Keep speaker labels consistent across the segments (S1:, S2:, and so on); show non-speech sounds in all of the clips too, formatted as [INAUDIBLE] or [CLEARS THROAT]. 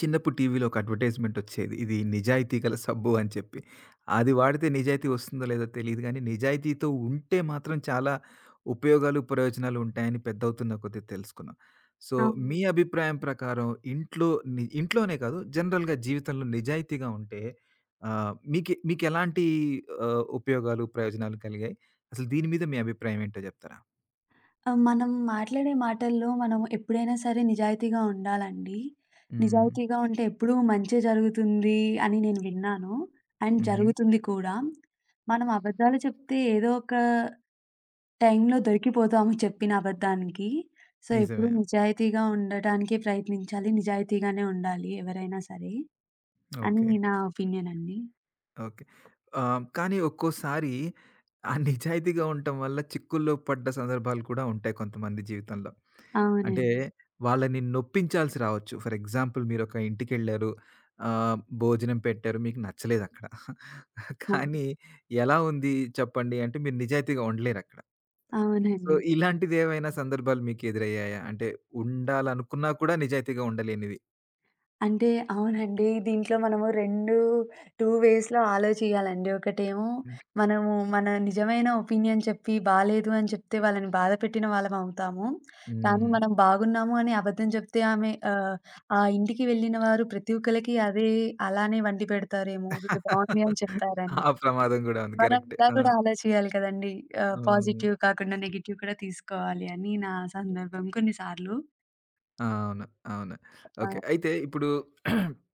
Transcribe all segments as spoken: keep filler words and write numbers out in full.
S1: చిన్నప్పుడు టీవీలో ఒక అడ్వర్టైజ్‌మెంట్ ఒచ్చేది, ఇది నిజాయితీ గల సబ్బు అని చెప్పి. అది వాడితే నిజాయితీ వస్తుందో లేదో తెలీదు గానీ, నిజాయితీతో ఉంటే మాత్రం చాలా ఉపయోగాలు, ప్రయోజనాలు ఉంటాయని పెద్దవుతున్న కొద్దీ తెలుసుకున్నాం. సో, మీ
S2: అవునండి.
S1: అభిప్రాయం ప్రకారం ఇంట్లో ని ఇంట్లోనే కాదు, జనరల్‌గా జీవితంలో నిజాయితీగా ఉంటే, ఆహ్, మీకె మీకెలాంటి ఆహ్, ఉపయోగాలు, ప్రయోజనాలు కలిగాయి? అసలు దీని మీద మీ అభిప్రాయం ఏంటో జెప్తారా?
S2: ఆహ్, మనం మాట్లాడే మాటల్లో మనం ఎప్పుడైనా సరే నిజాయితీగా ఉండాలండి.
S1: హ్మ్.
S2: నిజాయితీగా ఉంటే ఎప్పుడూ మంచే జరుగుతుంది అని నేను విన్నాను. అండ్
S1: హుహు.
S2: జరుగుతుంది కూడా. మనం అబద్ధాలు చెప్తే ఏదో ఒక టైంలో దొరికిపోతాము చెప్పిన అబద్ధానికి. సో, ఎప్పుడూ
S1: నిజమే.
S2: నిజాయితీగా ఉండటానికే ప్రయత్నించాలి. నిజాయితీగానే ఉండాలి ఎవరైనా సరే అని
S1: ఓకే.
S2: నా ఒపీనియన్ అండి.
S1: ఓకే. ఆహ్, కానీ ఒక్కోసారి ఆ నిజాయితీగా ఉండటం వల్ల చిక్కుల్లో పడ్డ సందర్భాలు కూడా ఉంటాయి కొంతమంది జీవితంలో. అంటే
S2: అవునండి.
S1: వాళ్ళని నొప్పించాల్సి రావచ్చు. ఫర్ ఎగ్జాంపుల్, మీరొక ఇంటికెళ్లారు, ఆహ్, భోజనం పెట్టారు, మీకు నచ్చలేదక్కడ.
S2: అవును.
S1: కానీ ఎలా ఉంది చెప్పండి అంటే మీరు నిజాయితీగా ఉండలేరక్కడ. సో,
S2: అవునండి.
S1: ఇలాంటిదేవైనా సందర్భాలు మీకు ఎదురయ్యాయా? అంటే ఉండాలనుకున్నా కూడా నిజాయితీగా ఉండలేనివి.
S2: అంటే అవునండి. దీంట్లో మనము రెండు రెండు వేస్‌లో ఆలోచియాలండి. ఒకటేమో మనము మన నిజమైన ఒపీనియన్ చెప్పి బాలేదు అని చెప్తే వాళ్ళని బాధ పెట్టిన వాళ్ళం అవుతాము. కానీ
S1: హ్మ్.
S2: మనం బాగున్నాము అని అబద్ధం చెప్తే ఆమె ఆహ్, ఆ ఇంటికి వెళ్ళిన వారు ప్రతి ఒక్కళ్ళకి అదే అలానే వండి పెడతారేమో వీళ్ళు బాగుంది అని
S1: [LAUGHS]
S2: చెప్పారని.
S1: ఆ ప్రమాదం గూడా ఉంది.
S2: మనం
S1: కరెక్టే.
S2: ఇలా
S1: ఆ!
S2: కూడా ఆలోచియాలి కదండీ. ఆహ్,
S1: అవును.
S2: పాజిటివ్ కాకుండా నెగెటివ్ కూడా తీసుకోవాలి అని నా సందర్భం కొన్నిసార్లు.
S1: అవును. అవును. ఓకే.
S2: ఆహ్,
S1: అయితే ఇప్పుడు [CLEARS THROAT]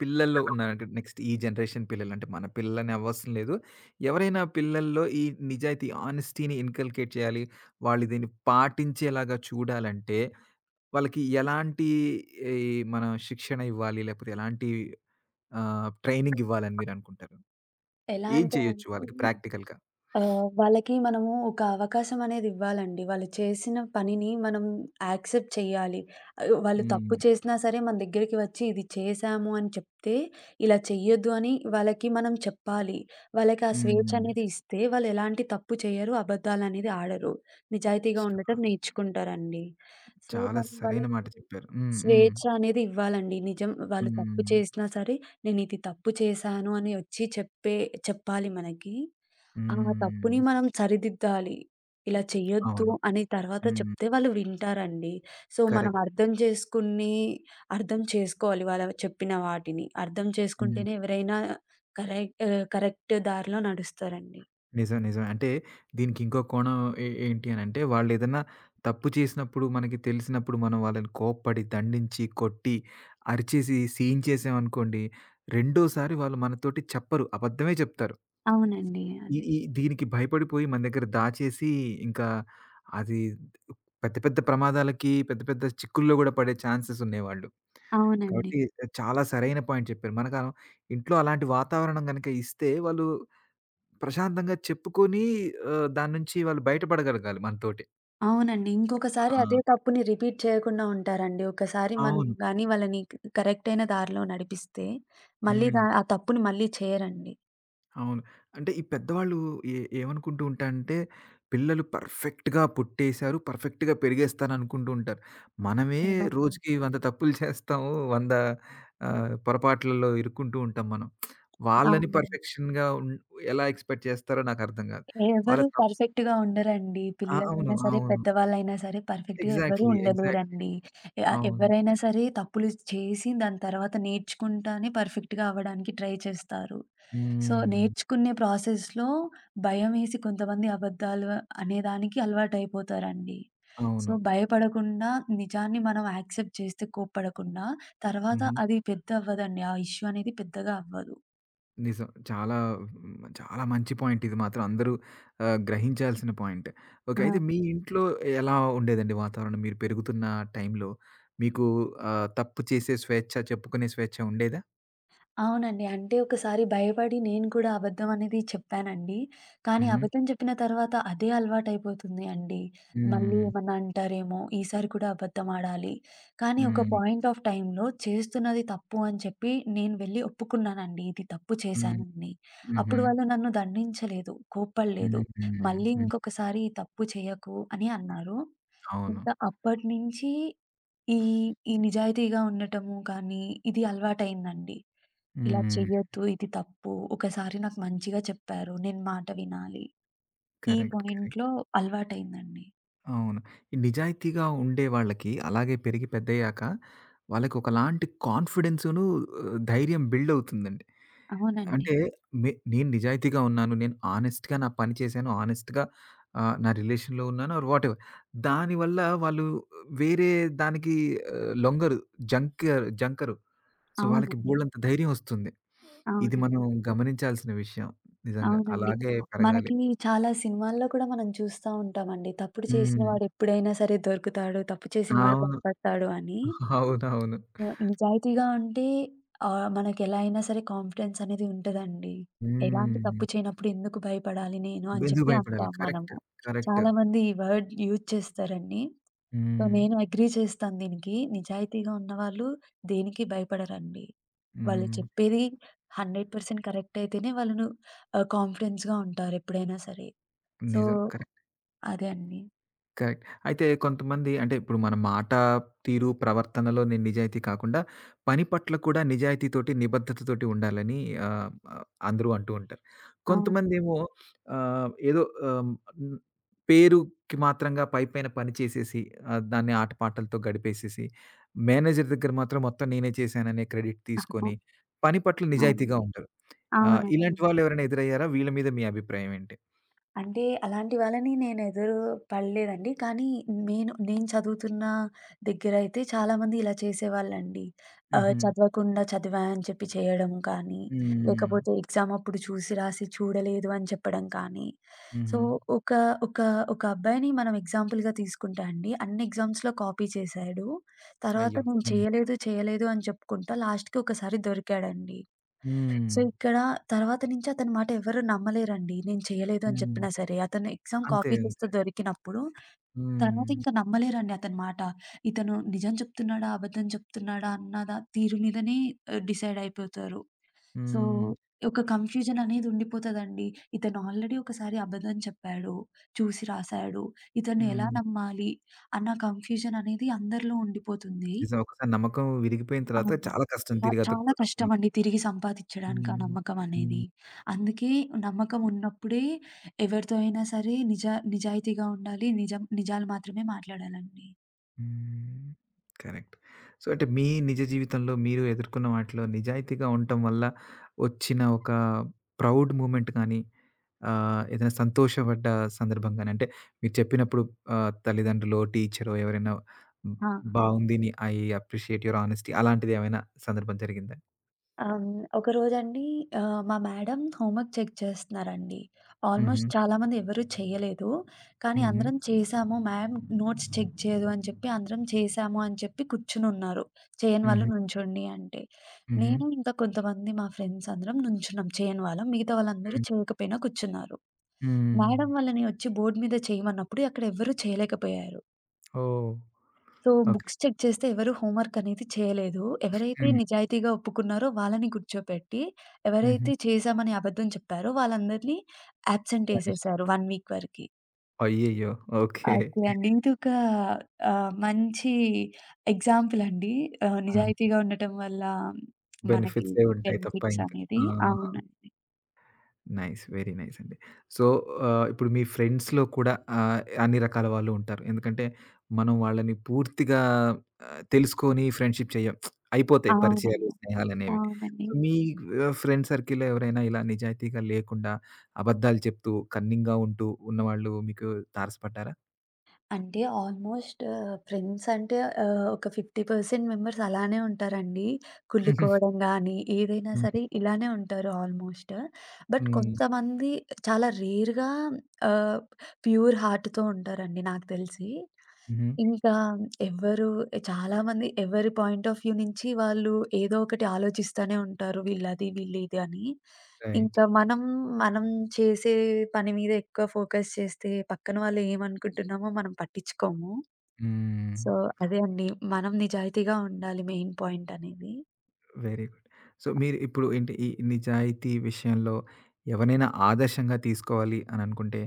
S1: పిల్లల్లో ఉన్నారంటే నెక్స్ట్ ఈ జనరేషన్ పిల్లలు, అంటే మన పిల్లలని అవ్వవసరం లేదు, ఎవరైనా పిల్లల్లో ఈ నిజాయితీ, ఆనెస్టీని ఇన్కల్కేట్ చేయాలి. వాళ్ళు దీన్ని పాటించేలాగా చూడాలంటే వాళ్ళకి ఎలాంటి ఈ మనం శిక్షణ ఇవ్వాలి? లేకపోతే ఎలాంటి ఆహ్, ట్రైనింగ్ ఇవ్వాలని మీరనుకుంటారు?
S2: ఎలా
S1: ఏం
S2: అంటే
S1: చేయొచ్చు వాళ్ళకి
S2: అండి
S1: ప్రాక్టికల్‌గా?
S2: ఆహ్, వాళ్ళకి మనము ఒక అవకాశం అనేది ఇవ్వాలండి. వాళ్ళు చేసిన పనిని మనం యాక్సెప్ట్ చేయాలి. ఆహ్, వాళ్ళు తప్పు
S1: హ్మ్.
S2: చేసినా సరే మన దగ్గరికి వచ్చి ఇది చేశాము అని చెప్తే, ఇలా చెయ్యొద్దు అని వాళ్ళకి మనం చెప్పాలి. వాళ్ళకి ఆ స్వేచ్ఛ
S1: హ్మ్.
S2: అనేది ఇస్తే వాళ్ళు ఎలాంటి తప్పు చేయరు, అబద్ధాలనేది ఆడరు. నిజాయితీగా
S1: చా
S2: ఉండటం నేర్చుకుంటారండి. సో,
S1: చాలా
S2: మనం
S1: సరైన
S2: వాళ్ళకి
S1: మాట చెప్పారు. హ్మ్. హ్మ్.
S2: స్వేచ్ఛ అనేది ఇవ్వాలండి. నిజం వాళ్ళు తప్పు
S1: హ్మ్.
S2: చేసినా సరే, నేనిది తప్పు చేశాను అని వచ్చి చెప్పే చెప్పాలి మనకి. ఆ తప్పుని
S1: హ్మ్.
S2: మనం సరిదిద్దాలి. ఇలా చెయ్యొద్దు
S1: అవును.
S2: అని తర్వాత
S1: హ్మ్.
S2: చెప్తే వాళ్ళు వింటారండి. సో, మనం
S1: కరెక్ట్.
S2: అర్థం చేసుకుని, అర్థం చేసుకోవాలి వాళ్ళ చెప్పిన వాటిని. అర్థం
S1: హ్మ్.
S2: చేసుకుంటేనే ఎవరైనా కరెక్ట్ ఆహ్, కరెక్ట్ దారిలో నడుస్తారండి.
S1: నిజం. నిజమే. అంటే దీనికి ఇంకో కోణం ఏ ఏంటి అనంటే, వాళ్ళేదన్నా తప్పు చేసినప్పుడు మనకి తెలిసినప్పుడు మనం వాళ్ళని కోప్పడి, దండించి, కొట్టి, అరిచేసి, సీన్ చేసామనుకోండి, రెండోసారి వాళ్ళు మనతోటి చెప్పరు, అబద్ధమే చెప్తారు.
S2: అవునండి.
S1: ఈ
S2: అదే.
S1: ఈ దీనికి భయపడిపోయి మన దగ్గర దాచేసి, ఇంకా అది పెద్ద పెద్ద ప్రమాదాలకి, పెద్ద పెద్ద చిక్కుల్లో గూడా పడే ఛాన్సెస్ ఉన్నాయి వాళ్ళు.
S2: అవునండి.
S1: కాబట్టి చాలా సరైన పాయింట్ చెప్పారు. మనకు ఇంట్లో అలాంటి వాతావరణం గనక ఇస్తే వాళ్ళు ప్రశాంతంగా చెప్పుకొని, ఆహ్, దాని నుంచి వాళ్ళు బయటపడగలగాలి మనతోటి.
S2: అవునండి. ఇంకొకసారి
S1: ఆ!
S2: అదే తప్పుని రిపీట్ చేయకుండా ఉంటారండి. ఒకసారి మనం
S1: అవును.
S2: గాని వాళ్ళని క్ కరెక్ట్ అయిన దారిలో నడిపిస్తే మళ్ళీ
S1: హ్మ్.
S2: దా ఆ తప్పుని మళ్ళీ చేయరండి.
S1: అవును. అంటే ఈ పెద్దవాళ్ళు ఏ ఏమనుకుంటూ ఉంటారంటే, పిల్లలు పర్ఫెక్ట్‌గా పుట్టేసారు, పర్ఫెక్ట్‌గా పెరిగేస్తారు అనుకుంటూ ఉంటారు. మనమే
S2: అవునండి.
S1: రోజుకి వంద తప్పులు చేస్తాము. వంద ఆహ్, పొరపాట్లలో ఇరుక్కుంటూ ఉంటాం మనం. వాళ్ళని
S2: అవునండి.
S1: పర్ఫెక్షన్‌గా ఉన్ ఎలా ఎక్స్‌పెక్ట్ చేస్తారో నాకర్థం కాదు. వాళ్ళ
S2: ఎవరు పర్ఫెక్ట్‌గా ఉండరండి.
S1: ఆ! అవును.
S2: పిల్లలైనా సరే,
S1: అవును.
S2: పెద్దవాళ్ళైనా సరే పర్ఫెక్ట్‌గా ఎవ్వరూ
S1: ఎగ్జాక్ట్‌లీ. ఎగ్జాక్ట్‌లీ.
S2: ఉండలేరండి. ఆహ్,
S1: అవును.
S2: ఎవరైనా సరే తప్పులు చేసి దాని తర్వాత నేర్చుకుంటానే పర్ఫెక్ట్‌గా అవ్వడానికి ట్రై చేస్తారు. సో,
S1: హ్మ్.
S2: నేర్చుకునే ప్రాసెస్‌లో భయమేసి కొంతమంది అబద్ధాలు అనేదానికి అలవాటయిపోతారండి. సో,
S1: అవును.
S2: భయపడకుండా నిజాన్ని మనం యాక్సెప్ట్ చేస్తే కోప్పడకుండా తర్వాత
S1: హుహు.
S2: అది పెద్ద అవ్వదండి. ఆ ఇష్యూ అనేది పెద్దగా అవ్వదు.
S1: నిజం. చాలా, హ్మ్, చాలా మంచి పాయింట్ ఇది, మాత్రం అందరూ ఆహ్, గ్రహించాల్సిన పాయింట్. ఓకే.
S2: ఆ!
S1: అయితే మీ ఇంట్లో ఎలా ఉండేదండి వాతావరణం? మీరు పెరుగుతున్న టైంలో మీకు ఆహ్, తప్పు చేసే స్వేచ్ఛ, చెప్పుకునే స్వేచ్ఛ ఉండేదా?
S2: అవునండి. అంటే ఒకసారి భయపడి నేను కూడా అబద్ధం అనేది చెప్పానండి. కానీ
S1: హుహు.
S2: అబద్ధం చెప్పిన తర్వాత అదే అలవాటైపోతుంది అండి. మళ్ళీ
S1: హ్మ్.
S2: ఏమన్నా అంటారేమో, ఈసారి కూడా అబద్ధం ఆడాలి. కానీ ఒక
S1: హ్మ్.
S2: పాయింట్ ఆఫ్ టైమ్‌లో చేస్తున్నది తప్పు అని చెప్పి నేను వెళ్లి ఒప్పుకున్నానండి. ఇది తప్పు
S1: హ్మ్.
S2: చేశానని.
S1: హుహు.
S2: అప్పుడు వాళ్ళు నన్ను దండించలేదు,
S1: హుహు.
S2: కోప్పడలేదు. మళ్ళీ
S1: హ్మ్.
S2: ఇంకొకసారి ఈ తప్పు చేయకు అని అన్నారు.
S1: అవును.
S2: ఇంకా అప్పటినుంచి ఈ, ఈ నిజాయితీగా ఉండటము కానీ ఇది అలవాటయిందండి. ఇలా
S1: హ్మ్.
S2: చెయ్యొద్దు. ఇది తప్పు. ఒకసారి నాకు మంచిగా చెప్పారు. నేను మాట వినాలి. ఈ
S1: కరెక్ట్. కరెక్ట్.
S2: పాయింట్‌లో అలవాటయిందండి.
S1: అవును. ఈ నిజాయితీగా ఉండే వాళ్ళకి, అలాగే పెరిగి పెద్దయ్యాక వాళ్ళకి ఒకలాంటి కాన్ఫిడెన్సును, ధైర్యం బిల్డ్ అవుతుందండి.
S2: అవునండి.
S1: అంటే నే నేను నిజాయితీగా ఉన్నాను, నేను ఆనెస్ట్‌గా నా పని చేశాను, ఆనెస్ట్‌గా ఆహ్, నా రిలేషన్‌లో ఉన్నాను ఆర్ వాటెవర్. దానివల్ల వాళ్ళు వేరే దానికి ఆహ్, లొంగరు, జంకర్ జంకరు. సో, వాళ్ళకి
S2: అవునండి.
S1: బోలెడంత ధైర్యం వస్తుంది. ఇది
S2: అవునండి.
S1: మనం గమనించాల్సిన విషయం. నిజంగా
S2: అవునండి.
S1: అలాగే పెరగాలి.
S2: మనకి చాలా సినిమాల్లో కూడా మనం చూస్తా ఉంటామండి. తప్పుడు చేసిన
S1: హ్మ్.
S2: వాడు ఎప్పుడైనా సరే దొరుకుతాడు. తప్పు చేసిన వాడు
S1: అవును.
S2: భయపడతాడు అని.
S1: [LAUGHS] అవునవును.
S2: ఆహ్, నిజాయితీగా ఉంటే ఆహ్, మనకెలా అయినా సరే కాన్ఫిడెన్స్ అనేది ఉంటదండి. ఎలాంటి
S1: హ్మ్.
S2: తప్పు చేయనప్పుడు ఎందుకు భయపడాలి నేను అని
S1: ఎందుకు
S2: చెప్పి
S1: భయపడాలి?
S2: అంటాం
S1: కరెక్ట్.
S2: మనము.
S1: కరెక్ట్.
S2: చాలామంది ఈ వర్డ్ యూజ్ చేస్తారండి. సో,
S1: హ్మ్.
S2: నేను అగ్రీ చేస్తాను దీనికి. నిజాయితీగా ఉన్నవాళ్ళు దేనికి భయపడరండి. వాళ్ళు
S1: హ్మ్.
S2: చెప్పేది వంద శాతం కరెక్ట్ అయితేనే వాళ్ళను ఆహ్, కాన్ఫిడెన్స్‌గా ఉంటారు ఎప్పుడైనా సరే. సో,
S1: నిజం. కరెక్ట్.
S2: అదే అండి.
S1: కరెక్ట్. అయితే కొంతమంది అంటే, ఇప్పుడు మన మాట తీరు, ప్రవర్తనలో నేను నిజాయితీ కాకుండా పని పట్ల కూడా నిజాయితీతోటి, నిబద్ధతతోటి ఉండాలని ఆహ్, ఆహ్, అందరూ అంటూ ఉంటారు.
S2: అవునండి.
S1: కొంతమందేమో, ఆహ్, ఏదో, ఆహ్, హ్మ్, పేరుకి మాత్రంగా పైపైన పని చేసేసి, ఆహ్, దాన్ని ఆటపాటలతో గడిపేసేసి, మేనేజర్ దగ్గర మాత్రం మొత్తం నేనే చేశాననే క్రెడిట్
S2: అహా!
S1: తీసుకొని, పని పట్ల
S2: అవును.
S1: నిజాయితీగా ఉండరు. ఆ!
S2: అవునండి.
S1: ఇలాంటి వాళ్ళెవరైనా ఎదురయ్యారా? వీళ్ళ మీద మీ అభిప్రాయం ఏంటి?
S2: అంటే అలాంటి వాళ్ళని నేను ఎదురు పడలేదండి. కానీ నేను నేను చదువుతున్న దగ్గరయితే చాలామంది ఇలా చేసేవాళ్ళండి. ఆహ్,
S1: హుహు.
S2: చదవకుండా చదివా అని చెప్పి చేయడం కానీ,
S1: హ్మ్.
S2: లేకపోతే ఎగ్జామ్ అప్పుడు చూసి రాసి చూడలేదు అని చెప్పడం కానీ. సో,
S1: హుహు.
S2: ఒక ఒక ఒక అబ్బాయిని మనం ఎగ్జాంపుల్‌గా తీసుకుంటే అండి, అన్ని ఎగ్జామ్స్‌లో కాపీ చేశాడు. తర్వాత
S1: అయ్యో!
S2: నేను
S1: హ్మ్.
S2: చేయలేదు, చేయలేదు అని చెప్పుకుంటా లాస్ట్‌కి ఒకసారి దొరికాడండి.
S1: హ్మ్.
S2: సో, ఇక్కడ తర్వాత నుంచి అతని మాట ఎవరు నమ్మలేరండి. నేను చేయలేదు అని
S1: హ్మ్.
S2: చెప్పినా సరే. అతను ఎగ్జామ్
S1: అంతే.
S2: కాపీ చేస్తే
S1: అంతే.
S2: దొరికినప్పుడు తర్వాత
S1: హ్మ్.
S2: ఇంకా నమ్మలేరండి అతని మాట. ఇతను నిజం చెప్తున్నాడా? అబద్ధం చెప్తున్నాడా? అన్నదా తీరు మీదనే ఆహ్, డిసైడ్ అయిపోతారు. సో,
S1: హ్మ్.
S2: ఒక కన్‌ఫ్యూజన్ అనేది ఉండిపోతదండి. ఇతను ఆల్రెడీ ఒకసారి అబద్ధం చెప్పాడు. చూసి రాసాడు. ఇతన్ని ఎలా
S1: హ్మ్.
S2: నమ్మాలి? అన్న కన్‌ఫ్యూజన్ అనేది అందరిలో ఉండిపోతుంది.
S1: నిజం. ఒకసారి నమ్మకం విరిగిపోయిన తర్వాత
S2: అవును.
S1: చాలా కష్టం
S2: వ
S1: తిరిగి
S2: చాలా
S1: అతుక్కోవటం. హ్మ్.
S2: కష్టమండి తిరిగి సంపాదిచ్చడానికి ఆ
S1: హ్మ్.
S2: నమ్మకం అనేది.
S1: హ్మ్.
S2: అందుకే నమ్మకం ఉన్నప్పుడే ఎవరితో అయినా సరే నిజా నిజాయితీగా ఉండాలి. నిజం నిజాలు మాత్రమే మాట్లాడాలండి.
S1: హ్మ్. కరెక్ట్. సో, అంటే మీ నిజ జీవితంలో మీరు ఎదుర్కొన్న వాటిలో నిజాయితీగా ఉండటం వల్ల వచ్చిన ఒక ప్రౌడ్ మూమెంట్ గానీ, ఆహ్, ఏదైనా సంతోషపడ్డ సందర్భం గానీ, అంటే మీరు చెప్పినప్పుడు ఆహ్, తల్లిదండ్రులో, టీచరో ఎవరైనా, హ్మ్,
S2: ఆహా!
S1: బావుంది నీ ఐ అప్రిషియేట్ యువర్ ఆనెస్టీ, అలాంటిది ఏమైనా సందర్భం జరిగిందా?
S2: అమ్, ఒకరోజండి ఆహ్, మా మేడం హోంవర్క్ చెక్ చేస్తున్నారండి.
S1: హుహు.
S2: ఆల్‌మోస్ట్ చాలామంది ఎవరు చేయలేదు. కానీ
S1: హుహు.
S2: అందరం చేశాము మ్యామ్ నోట్స్ చెక్ చేయదు అని చెప్పి అందరం చేశాము అని చెప్పి కూర్చునున్నారు. చేయని వాళ్ళు
S1: హుహు.
S2: నుంచోండి అంటే.
S1: హుహు.
S2: నేను ఇంకా కొంతమంది మా ఫ్రెండ్స్ అందరం నుంచున్నాం చేయని వాళ్ళం. మిగతా వాళ్ళందరూ
S1: హ్మ్.
S2: చేయకపోయినా కూర్చున్నారు.
S1: హ్మ్.
S2: మేడం వాళ్ళని వచ్చి బోర్డ్ మీద చేయమన్నప్పుడు అక్కడ ఎవ్వరు చేయలేకపోయారు.
S1: Oh!
S2: So,
S1: okay.
S2: Books check చేస్తే ఎవరు హోంవర్క్ అనేది చేయలేదు. ఎవరైతే
S1: హ్మ్.
S2: నిజాయితీగా ఒప్పుకున్నారో వాళ్ళని కూర్చోపెట్టి,
S1: హుహు.
S2: ఎవరైతే చేశామని అబద్ధం చెప్పారో వాళ్ళందరినీ యాబ్సెంట్
S1: పనిష్
S2: ఏసేశారు ఒక వీక్ వరకి.
S1: అయ్యయ్యో! ఓకే.
S2: ఓకే అండి. ఇదొక ఆహ్, మంచి ఎగ్జాంపుల్ అండి. ఆహ్,
S1: ఆ!
S2: నిజాయితీగా ఉండటం వల్ల మనకి
S1: బెనిఫిట్సే ఉంటాయి తప్ప
S2: బెనిఫిట్స్
S1: ఇంకా.
S2: అనేది.
S1: ఆ!
S2: అవునండి.
S1: నైస్. వెరీ నైస్ అండి. సో, ఆహ్, ఇప్పుడు మీ ఫ్రెండ్స్‌లో కూడా ఆహ్, అన్ని రకాల వాళ్ళు ఉంటారు. ఎందుకంటే, మనం వాళ్ళని పూర్తిగా ఆహ్, తెలుసుకొని ఫ్రెండ్‌షిప్ చేయం. అయిపోతాయి పరిచయాలు,
S2: అవునవును.
S1: స్నేహాలనేవి.
S2: అవునండి.
S1: సో, మీ ఆహ్, ఫ్రెండ్ సర్కిల్‌లో ఎవరైనా ఇలా నిజాయితీగా లేకుండా, అబద్ధాలు చెప్తూ, కన్నింగ్‌గా ఉంటూ ఉన్నవాళ్ళు మీకు తారసపడ్డారా?
S2: అంటే ఆల్మోస్ట్ ఫ్రెండ్స్ అంటే ఆహ్, ఒక యాభై శాతం మెంబర్స్ అలానే ఉంటారండి. కుళ్ళుకోవడం
S1: [LAUGHS]
S2: గానీ, ఏదైనా
S1: హ్మ్.
S2: సరే
S1: హ్మ్.
S2: ఇలానే ఉంటారు ఆల్మోస్ట్. బట్
S1: హ్మ్.
S2: కొంతమంది చాలా రేర్‌గా ఆహ్, ప్యూర్ హార్ట్‌తో ఉంటారండి నాకు తెలిసి.
S1: హుహు.
S2: ఇంకా ఎవ్వరు చాలామంది ఎవరి పాయింట్ ఆఫ్ వ్యూ నుంచి వాళ్ళు ఏదో ఒకటి ఆలోచిస్తానే ఉంటారు. వీళ్ళది, వీళ్ళిది అని.
S1: రైట్.
S2: ఇంకా మనం, మనం చేసే పని మీద ఎక్కువ ఫోకస్ చేస్తే పక్కన వాళ్ళు ఏమనుకుంటున్నామో మనం పట్టించుకోము.
S1: హ్మ్.
S2: సో, అదే అండి. మనం నిజాయితీగా ఉండాలి మెయిన్ పాయింట్ అనేది.
S1: Very good. సో, మీరు ఇప్పుడు ఏంటి ఈ నిజాయితీ విషయంలో ఎవరినైనా ఆదర్శంగా తీసుకోవాలి అననుకుంటే,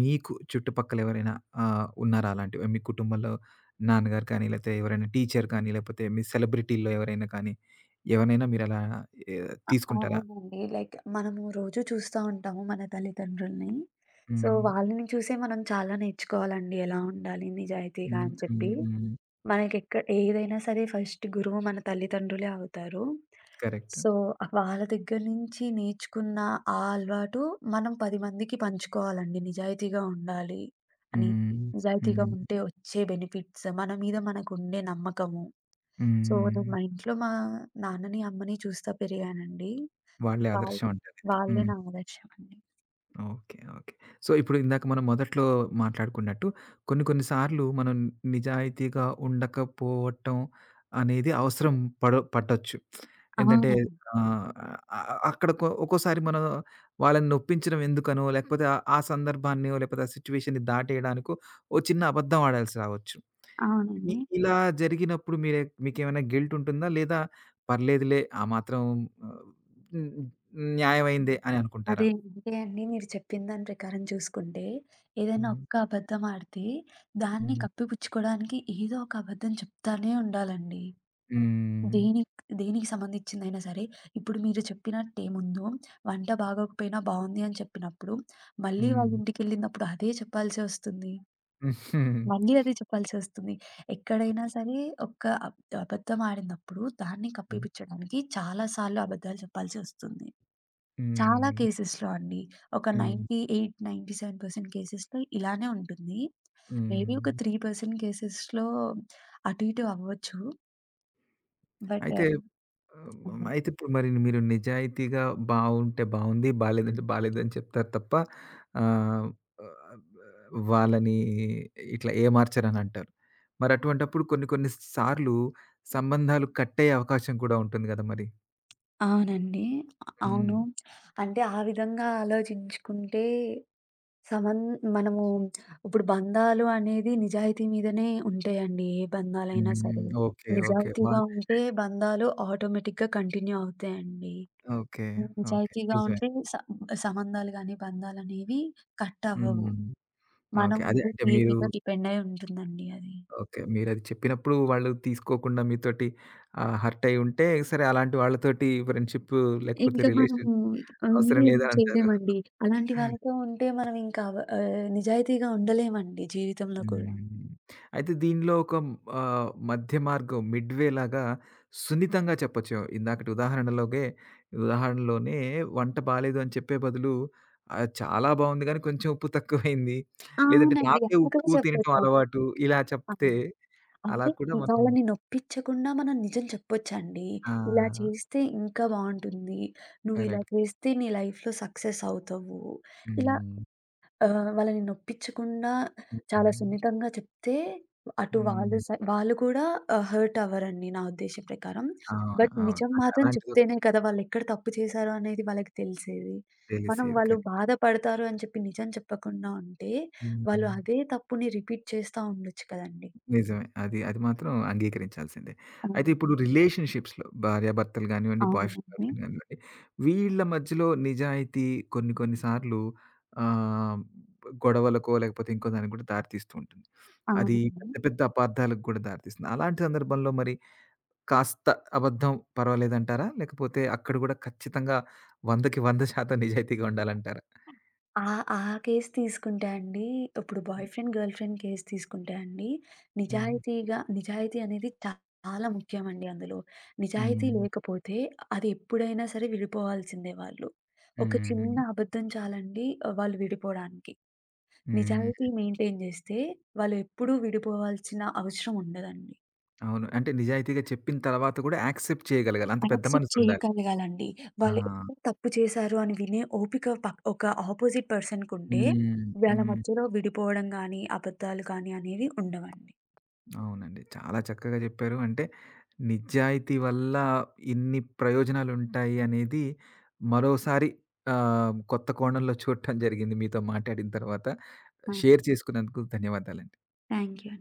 S1: మీకు చుట్టుపక్కల ఎవరైనా ఆహ్, ఉన్నారా అలాంటివి? మీ కుటుంబంలో నాన్నగారు కానీ, లేతే ఎవరైనా టీచర్ కానీ, లేపోతే మీ సెలబ్రిటీల్లో ఎవరైనా కానీ, ఎవరినైనా మీరలా ఎ
S2: అ
S1: తీసుకుంటారా?
S2: అవునండి. లైక్ మనము రోజు చూస్తా ఉంటాము మన తల్లిదండ్రుల్ని. సో,
S1: హ్మ్.
S2: వాళ్ళని చూసే మనం చాలా నేర్చుకోవాలండి ఎలా ఉండాలి నిజాయితీగా
S1: హ్మ్.
S2: అని చెప్పి.
S1: హ్మ్. హ్మ్.
S2: మనకెక్క ఏదైనా సరే ఫస్ట్ గురువు మన తల్లిదండ్రులే అవుతారు.
S1: కరెక్ట్.
S2: సో, వాళ్ళ దగ్గర నుంచి నేర్చుకున్న ఆ అలవాటు మనం పది మందికి పంచుకోవాలండి. నిజాయితీగా ఉండాలి అని.
S1: హ్మ్.
S2: నిజాయితీగా
S1: హ్మ్.
S2: ఉంటే వచ్చే బెనిఫిట్స్, మన మీద మనకుండే నమ్మకము. సో, నేను
S1: హ్మ్.
S2: మా ఇంట్లో మా నాన్నని, అమ్మని చూస్తా పెరిగానండి.
S1: వాళ్ళే
S2: వాళ్ళు
S1: ఆదర్శం అంటారైతే.
S2: వాళ్ళే
S1: హ్మ్.
S2: నా ఆదర్శం అండి.
S1: ఓకే. ఓకే. సో, ఇప్పుడు ఇందాక మనం మొదట్లో మాట్లాడుకున్నట్టు కొన్ని కొన్ని సార్లు మనం నిజాయితీగా ఉండకపోవటం అనేది అవసరం పడ పట్టొచ్చు. ఏంటంటే
S2: అవునండి.
S1: ఆహ్, ఆహ్, అక్కడ కొ ఒక్కోసారి మనం వాళ్ళని నొప్పించడం ఎందుకనో, లేకపోతే ఆ సందర్భాన్నో, లేకపోతే ఆ సిట్యుయేషన్‌ని దాటేయడానికో ఓ చిన్న అబద్ధం ఆడాల్సి రావచ్చు. ఇ
S2: అవునండి.
S1: ఇలా జరిగినప్పుడు మీరే, మీకేమైనా గిల్ట్ ఉంటుందా? లేదా పర్లేదులే ఆ మాత్రం, ఆహ్, హ్మ్. న్యాయమైందే
S2: హ్మ్.
S1: అని అనుకుంటారా?
S2: అదే అదే అండి. మీరు చెప్పిన దాని ప్రకారం చూసుకుంటే, ఏదైనా
S1: హ్మ్.
S2: ఒక్క అబద్ధం ఆడితే, దాన్ని
S1: హ్మ్.
S2: కప్పిపుచ్చుకోవడానికి ఏదో ఒక అబద్ధం చెప్తానే ఉండాలండి.
S1: హ్మ్.
S2: దేనికి దేనికి సంబంధించిందైనా సరే, ఇప్పుడు మీరు చెప్పినట్టేముందో, వంట బాగోకపోయినా బావుంది అని చెప్పినప్పుడు, మళ్ళీ వాళ్ళ
S1: హ్మ్.
S2: ఇంటికెళ్ళినప్పుడు అదే చెప్పాల్సి వస్తుంది.
S1: [LAUGHS]
S2: మళ్ళీ అదే చెప్పాల్సి వస్తుంది. ఎక్కడైనా సరే ఒక్క అబ్ అబద్ధం ఆడినప్పుడు, దాన్ని కప్పిపుచ్చడానికి చాలా సార్లు అబద్దాలు చెప్పాల్సి వస్తుంది. చాలా
S1: హ్మ్.
S2: కేసెస్‌లో అండి. ఒక
S1: హ్మ్.
S2: తొంభై ఎనిమిది, తొంభై ఏడు శాతం కేసెస్‌లో ఇలానే ఉంటుంది. మేబీ ఒక
S1: హ్మ్.
S2: మూడు శాతం కేసెస్‌లో అటు ఇటు అవ్వచ్చు. బట్
S1: అయితే
S2: అదే.
S1: ఆహ్, అయితే ఇప్పుడు మరి మీరు నిజాయితీగా బావుంటే బావుంది, బాలేదంటే బాలేదని చెప్తారు తప్ప ఆహ్, ఆహ్, వాళ్ళని ఇట్లా ఏమార్చరనంటారు. మరి అటువంటప్పుడు కొన్ని కొన్ని సార్లు సంబంధాలు కట్టయ్యే అవకాశం కూడా ఉంటుంది గదా మరి!
S2: అవునండి. అ
S1: హ్మ్.
S2: అవును. అంటే ఆ విధంగా ఆలోచించుకుంటే సమన్ మనము ఇప్పుడు బంధాలు అనేది నిజాయితీ మీదనే ఉంటాయండి. ఏ బంధాలైనా
S1: హ్మ్.
S2: సరే.
S1: ఓకే. ఓకే. వా
S2: నిజాయితీగా ఉంటే బంధాలు ఆటోమేటిక్‌గా కంటిన్యూ అవుతాయండి.
S1: ఓకే.
S2: హ్మ్.
S1: ఓకే.
S2: నిజాయితీగా
S1: నిజమే.
S2: ఉంటే స సంబంధాలు గాని, బంధాలనేవి కట్ అవ్వవు.
S1: హ్మ్.
S2: మనం
S1: ఓకే. అదే
S2: ఉండే
S1: అంటే
S2: తీరు
S1: మీరు,
S2: మీద డిపెండ్ అయి ఉంటుందండి అది.
S1: ఓకే, మీరది చెప్పినప్పుడు వాళ్ళు తీసుకోకుండా మీతోటి ఆహ్, హర్ట్ అయ్యి ఉంటే సరే, అలాంటి వాళ్ళతోటి ఫ్రెండ్‌షిప్ లేకపోతే
S2: ఇంకా
S1: రిలేషన్
S2: మనము అన్నీ
S1: అవసరం
S2: ఏం
S1: లేదంటారు.
S2: చేయలేమండి. అలాంటి వాళ్ళతో ఉంటే మనం ఇంకా వ ఆహ్, నిజాయితీగా ఉండలేమండి జీవితంలో కూడా.
S1: హ్మ్. అయితే దీనిలో ఒక ఆహ్, మధ్య మార్గం, మిడ్‌వే లాగా సున్నితంగా చెప్పొచ్చు. ఇందాకటి ఉదాహరణలోగే ఉదాహరణలోనే వంట బాలేదు అని చెప్పే బదులు, ఆహ్, చాలా బావుంది కానీ కొంచెం ఉప్పు తక్కువైంది, లేదంటే
S2: అవునండి.
S1: నాకే
S2: అలా కూడా
S1: ఉప్పు తినటం
S2: చెప్పొచ్చు.
S1: అలవాటు ఇలా చెప్తే,
S2: అవును.
S1: అలా
S2: అంటే
S1: కూడా మనం.
S2: వాళ్ళని నొప్పించకుండా మనం నిజం చెప్పొచ్చండి. ఇలా
S1: ఆ!
S2: చేస్తే ఇంకా బావుంటుంది. నువ్వు ఇలా
S1: కరెక్ట్.
S2: చేస్తే నీ లైఫ్‌లో సక్సెస్ అవుతావు. ఇలా
S1: హ్మ్.
S2: ఆహ్, వాళ్ళని నొప్పించకుండా
S1: హుహు.
S2: చాలా సున్నితంగా చెప్తే అటు వాళ్ళు
S1: హ్మ్.
S2: స వాళ్ళు కూడా ఆహ్, హర్ట్ అవ్వరండి నా ఉద్దేశ్యం ప్రకారం.
S1: అవును.
S2: బట్
S1: అవును.
S2: నిజం
S1: అది
S2: మాత్రం
S1: అలాంటిదొకటి.
S2: చెప్తేనే కదా వాళ్ళెక్కడ తప్పు చేశారో అనేది వాళ్ళకి తెలిసేది. మనం
S1: తెలిసేది.
S2: వాళ్ళు
S1: కరెక్ట్.
S2: బాధపడతారు అని చెప్పి నిజం చెప్పకుండా ఉంటే, వాళ్ళు
S1: హ్మ్.
S2: అదే తప్పుని రిపీట్ చేస్తా ఉండొచ్చు కదండీ!
S1: నిజమే. అది అది మాత్రం అంగీకరించాల్సిందే. అయితే ఇప్పుడు
S2: అవును.
S1: రిలేషన్‌షిప్స్‌లో భార్యాభర్తలు గానివ్వండి, బాయ్ ఫ్రెండ్, గర్ల్
S2: అవునండి.
S1: ఫ్రెండ్ గానివ్వండి, వీళ్ళ మధ్యలో నిజాయితీ కొన్ని కొన్ని సార్లు ఆహ్, గొడవలకో లేకపోతే ఇంకో దానికి కూడా దారి తీస్తూ ఉంటుంది. అది
S2: అవునండి.
S1: పెద్ద పెద్ద అపార్థాలకు కూడా దారితీస్తుంది. అలాంటి సందర్భంలో మరి కాస్త అబద్ధం పర్వాలేదంటారా? లేకపోతే అక్కడ కూడా ఖచ్చితంగా వందకి నూరు శాతం నిజాయితీగా ఉండాలంటారా?
S2: ఆ! ఆ కేస్ తీసుకుంటే అండి, ఇప్పుడు boy friend, girl friend case తీసుకుంటే అండి,
S1: హ్మ్.
S2: నిజాయితీగా నిజాయితీ అనేది చాలా ముఖ్యమండి అందులో. నిజాయితీ
S1: హ్మ్.
S2: లేకపోతే అది ఎప్పుడైనా సరే విడిపోవాల్సిందే వాళ్ళు. ఒక
S1: హుహు.
S2: చిన్న అబద్ధం చాలండి ఆహ్, వాళ్ళు విడిపోడానికి. నిజాయితీ
S1: హ్మ్.
S2: మెయింటైన్ జేస్తే వాళ్ళు ఎప్పుడూ విడిపోవాల్సిన అవసరం ఉండదండి.
S1: అవును. అంటే నిజాయితీగా చెప్పిన తర్వాత కూడా యాక్సెప్ట్ చేయగలగాలి. అంత పెద్ద
S2: యాక్సెప్ట్
S1: మనసుండాలి.
S2: చేయగలగాలండి.
S1: ఆ!
S2: వాళ్ళు ఎప్పుడు తప్పు చేశారు అని వినే ఓపిక పక్ ఒక ఆపోజిట్ పర్సన్‌కుంటే,
S1: హ్మ్.
S2: వాళ్ళ
S1: హ్మ్.
S2: మధ్యలో విడిపోవడం గానీ, అబద్ధాలు కానీ అనేవి ఉండవండి.
S1: అవునండి, చాలా చక్కగా చెప్పారు. అంటే నిజాయితీ వల్ల ఇన్ని ప్రయోజనాలుంటాయి అనేది మరోసారి ఆహ్, కొత్త కోణంలో చూడటం జరిగింది మీతో మాట్లాడిన తర్వాత.
S2: ఆ!
S1: షేర్ చేసుకున్నందుకు ధన్యవాదాలండి.
S2: Thank you.